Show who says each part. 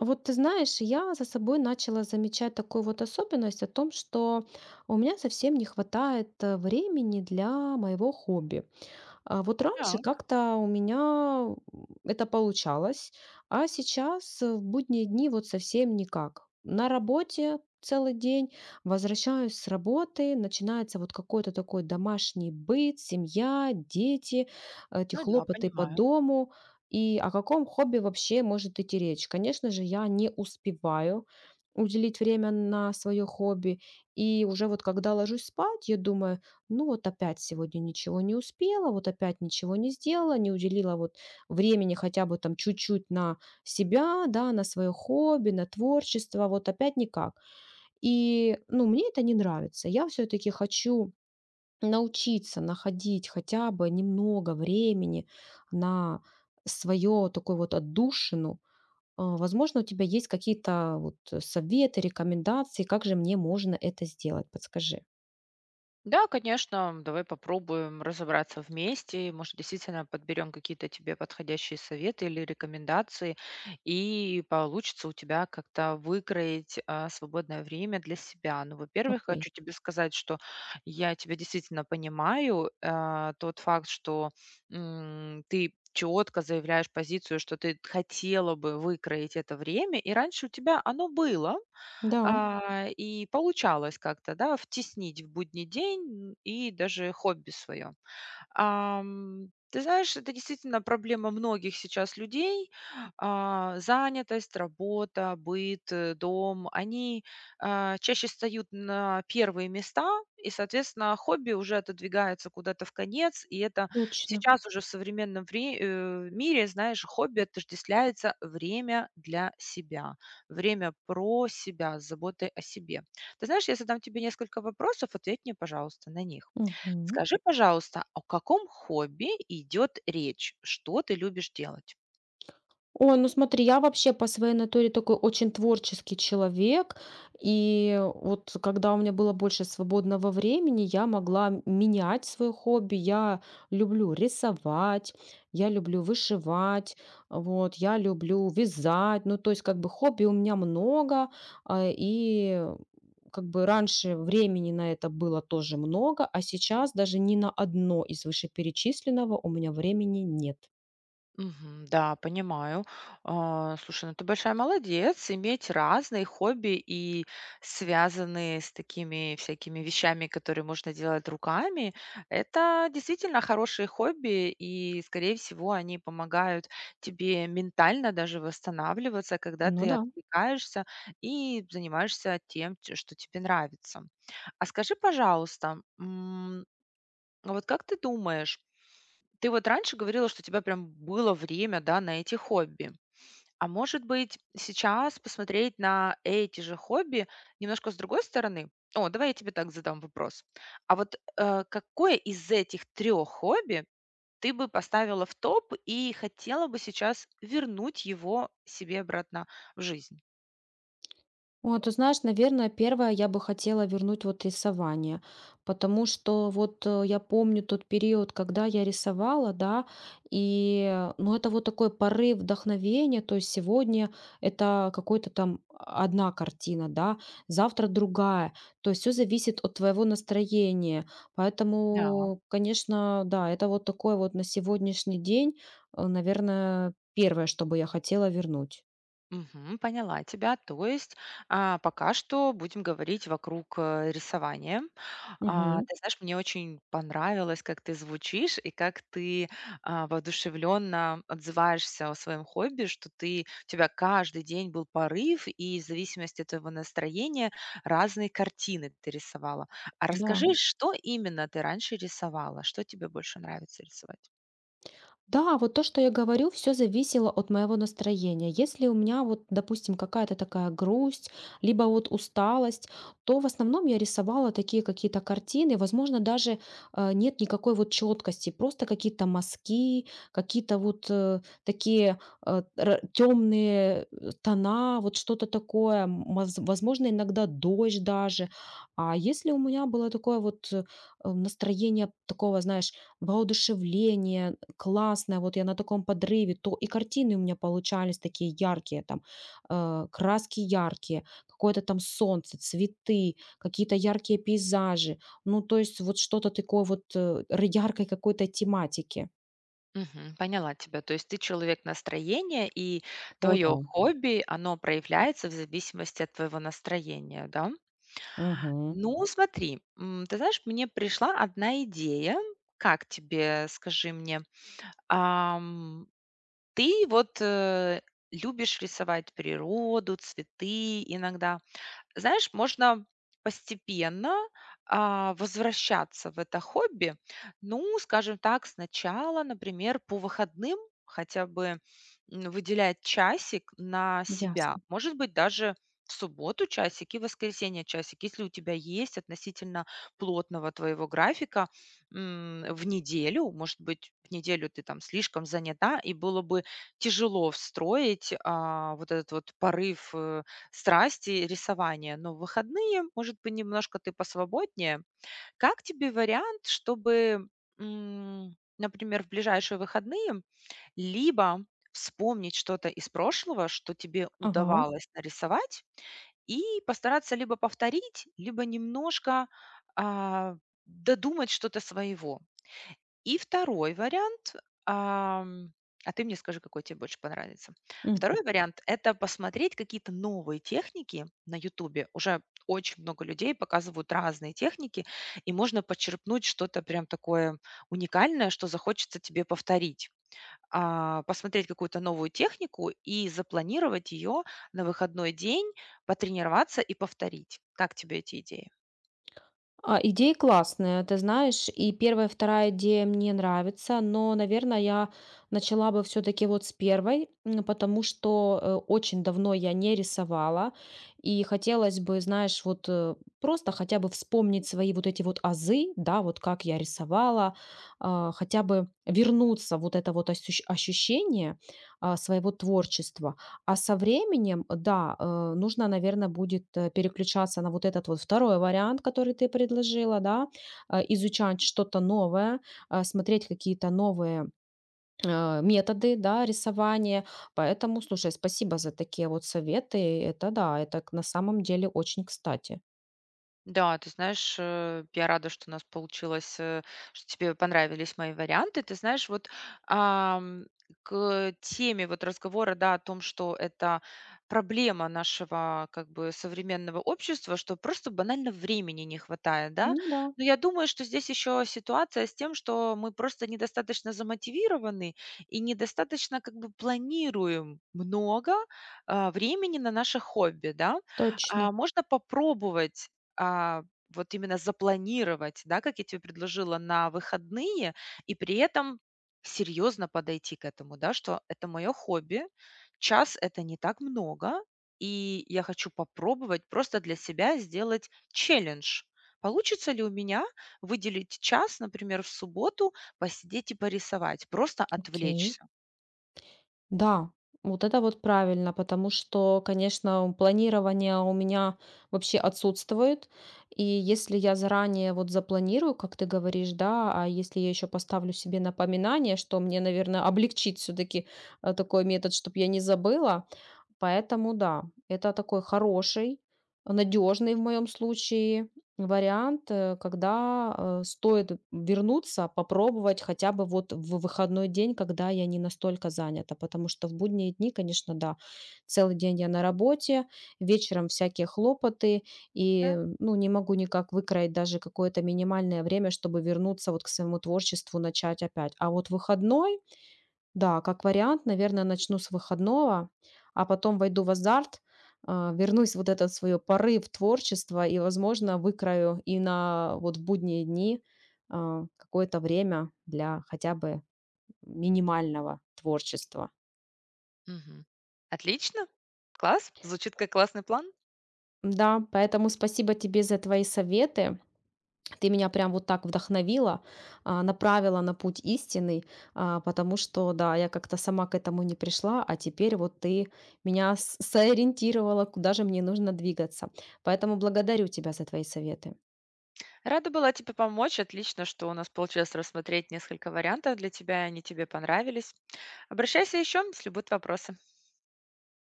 Speaker 1: Вот ты знаешь, я за собой начала замечать такую вот особенность о том, что у меня совсем не хватает времени для моего хобби. А вот раньше
Speaker 2: Так,
Speaker 1: как-то у меня это получалось, а сейчас в будние дни вот совсем никак. На работе целый день, возвращаюсь с работы, начинается вот какой-то такой домашний быт, семья, дети, эти
Speaker 2: ну да,
Speaker 1: хлопоты по
Speaker 2: понимаю.
Speaker 1: дому. И о каком хобби вообще может идти речь? Конечно же, я не успеваю уделить время на свое хобби. И уже вот когда ложусь спать, я думаю, ну вот опять сегодня ничего не успела, вот опять ничего не сделала, не уделила вот времени хотя бы там чуть-чуть на себя, да, на свое хобби, на творчество, вот опять никак. И, ну, мне это не нравится. Я все-таки хочу научиться находить хотя бы немного времени на свое такое вот отдушину. Возможно, у тебя есть какие-то вот советы, рекомендации, как же мне можно это сделать? Подскажи.
Speaker 2: Да, конечно, давай попробуем разобраться вместе. Может, действительно подберем какие-то тебе подходящие советы или рекомендации, и получится у тебя как-то выкроить свободное время для себя. Ну, во-первых,
Speaker 1: Окей.
Speaker 2: хочу тебе сказать, что я тебя действительно понимаю. Тот факт, что ты четко заявляешь позицию, что ты хотела бы выкроить это время, и раньше у тебя оно было,
Speaker 1: Да,
Speaker 2: И получалось как-то, да, втеснить в будний день и даже хобби свое. Ты знаешь, это действительно проблема многих сейчас людей. Занятость, работа, быт, дом, они, чаще встают на первые места, и, соответственно, хобби уже отодвигается куда-то в конец. И это
Speaker 1: точно.
Speaker 2: сейчас уже в современном мире, знаешь, хобби отождествляется время для себя, время про себя, с заботой о себе. Ты знаешь, я задам тебе несколько вопросов, ответь мне, пожалуйста, на них.
Speaker 1: Мгм.
Speaker 2: Скажи, пожалуйста, о каком хобби идет речь? Что ты любишь делать?
Speaker 1: Ой, ну смотри, я вообще по своей натуре такой очень творческий человек. И вот когда у меня было больше свободного времени, я могла менять свое хобби. Я люблю рисовать, я люблю вышивать, вот, я люблю вязать. Ну, то есть, как бы хобби у меня много, и как бы раньше времени на это было тоже много, а сейчас даже ни на одно из вышеперечисленного у меня времени нет.
Speaker 2: Мгм. Да, понимаю. Слушай, ну ты большая молодец, иметь разные хобби и связанные с такими всякими вещами, которые можно делать руками. Это действительно хорошие хобби, и, скорее всего, они помогают тебе ментально даже восстанавливаться, когда
Speaker 1: Ну
Speaker 2: ты
Speaker 1: да.
Speaker 2: отвлекаешься и занимаешься тем, что тебе нравится. А скажи, пожалуйста, а вот как ты думаешь, ты вот раньше говорила, что у тебя прям было время, да, на эти хобби. А может быть, сейчас посмотреть на эти же хобби немножко с другой стороны? О, давай я тебе так задам вопрос. А вот какое из этих трех хобби ты бы поставила в топ и хотела бы сейчас вернуть его себе обратно в жизнь?
Speaker 1: О, ты знаешь, наверное, первое я бы хотела вернуть вот рисование, потому что вот я помню тот период, когда я рисовала, да, и ну это вот такой порыв вдохновения, то есть сегодня это какой-то там одна картина, да, завтра другая, то есть все зависит от твоего настроения, поэтому, конечно, да, это вот такой вот на сегодняшний день, наверное, первое, что бы я хотела вернуть.
Speaker 2: Мгм. Поняла тебя. То есть пока что будем говорить вокруг рисования. А,
Speaker 1: Мгм.
Speaker 2: ты знаешь, мне очень понравилось, как ты звучишь и как ты воодушевленно отзываешься о своем хобби, что ты, у тебя каждый день был порыв, и в зависимости от твоего настроения разные картины ты рисовала. А
Speaker 1: Да.
Speaker 2: расскажи, Мгм, что именно ты раньше рисовала? Что тебе больше нравится рисовать?
Speaker 1: Да, вот то, что я говорю, все зависело от моего настроения. Если у меня вот, допустим, какая-то такая грусть, либо вот усталость, то в основном я рисовала такие какие-то картины. Возможно, даже нет никакой вот четкости, просто какие-то мазки, какие-то вот такие темные тона, вот что-то такое. М, Возможно, иногда дождь даже. А если у меня было такое вот настроение такого, знаешь, воодушевление, классное, вот я на таком подрыве, то и картины у меня получались такие яркие, там, краски яркие, какое-то там солнце, цветы, какие-то яркие пейзажи. Ну, то есть вот что-то такое вот яркой какой-то тематики.
Speaker 2: Мгм. Поняла тебя. То есть ты человек настроения, и
Speaker 1: О, да.
Speaker 2: твое хобби, оно проявляется в зависимости от твоего настроения, да?
Speaker 1: Мгм.
Speaker 2: Ну, смотри, ты знаешь, мне пришла одна идея. Как тебе, скажи мне, ам, ты вот любишь рисовать природу, цветы иногда. Знаешь, можно постепенно, возвращаться в это хобби. Ну, скажем так, сначала, например, по выходным хотя бы, выделять часик на себя.
Speaker 1: Ясно.
Speaker 2: Может быть, даже в субботу часик и в воскресенье часик. Если у тебя есть относительно плотного твоего графика, в неделю, может быть, в неделю ты там слишком занята, и было бы тяжело встроить, вот этот вот порыв, страсти рисования, но в выходные, может быть, немножко ты посвободнее. Как тебе вариант, чтобы, например, в ближайшие выходные либо вспомнить что-то из прошлого, что тебе
Speaker 1: Ага.
Speaker 2: удавалось нарисовать, и постараться либо повторить, либо немножко а, додумать что-то своего. И второй вариант, ам, а ты мне скажи, какой тебе больше понравится. Второй вариант– это посмотреть какие-то новые техники на "Ютубе". Уже очень много людей показывают разные техники, и можно почерпнуть что-то прям такое уникальное, что захочется тебе повторить. Посмотреть какую-то новую технику и запланировать ее на выходной день, потренироваться и повторить. Как тебе эти идеи?
Speaker 1: А, идеи классные, ты знаешь, и первая, вторая идея мне нравится, но, наверное, я начала бы все-таки вот с первой, м, потому что очень давно я не рисовала, и хотелось бы, знаешь, вот просто хотя бы вспомнить свои вот эти вот азы, да, вот как я рисовала, хотя бы вернуться вот это вот ощущение своего творчества. А со временем, да, нужно, наверное, будет переключаться на вот этот вот второй вариант, который ты предложила, да, изучать что-то новое, смотреть какие-то новые методы, да, рисования. Поэтому, слушай, спасибо за такие вот советы. Это да, это на самом деле очень кстати.
Speaker 2: Да, ты знаешь, я рада, что у нас получилось, что тебе понравились мои варианты. Ты знаешь, вот ам, к теме вот разговора, да, о том, что это проблема нашего как бы современного общества, что просто банально времени не хватает, да.
Speaker 1: Ну да,
Speaker 2: Но я думаю, что здесь еще ситуация с тем, что мы просто недостаточно замотивированы и недостаточно как бы планируем много времени на наше хобби, да.
Speaker 1: точно.
Speaker 2: Можно попробовать а, вот именно запланировать, да, как я тебе предложила, на выходные, и при этом серьезно подойти к этому, да, что это мое хобби, час это не так много, и я хочу попробовать просто для себя сделать челлендж. Получится ли у меня выделить час, например, в субботу, посидеть и порисовать, просто
Speaker 1: Окей.
Speaker 2: отвлечься?
Speaker 1: Да, вот это вот правильно, потому что, конечно, планирование у меня вообще отсутствует. И если я заранее вот запланирую, как ты говоришь, да, а если я еще поставлю себе напоминание, что мне, наверное, облегчит все-таки такой метод, чтобы я не забыла, поэтому да, это такой хороший, надежный в моем случае вариант, когда стоит вернуться, попробовать хотя бы вот в выходной день, когда я не настолько занята, потому что в будние дни, конечно, да, целый день я на работе, вечером всякие хлопоты,
Speaker 2: Да.
Speaker 1: и ну, не могу никак выкроить даже какое-то минимальное время, чтобы вернуться вот к своему творчеству, начать опять. А вот выходной, да, как вариант, наверное, начну с выходного, а потом войду в азарт, вернусь вот этот свой порыв творчества и, возможно, выкрою и на вот будние дни какое-то время для хотя бы минимального творчества.
Speaker 2: Мгм. Отлично. Класс. Звучит как классный план.
Speaker 1: Да, поэтому спасибо тебе за твои советы. Ты меня прям вот так вдохновила, направила на путь истинный, потому что, да, я как-то сама к этому не пришла, а теперь вот ты меня сориентировала, куда же мне нужно двигаться. Поэтому благодарю тебя за твои советы.
Speaker 2: Рада была тебе помочь. Отлично, что у нас получилось рассмотреть несколько вариантов для тебя, и они тебе понравились. Обращайся еще, если будут вопросы.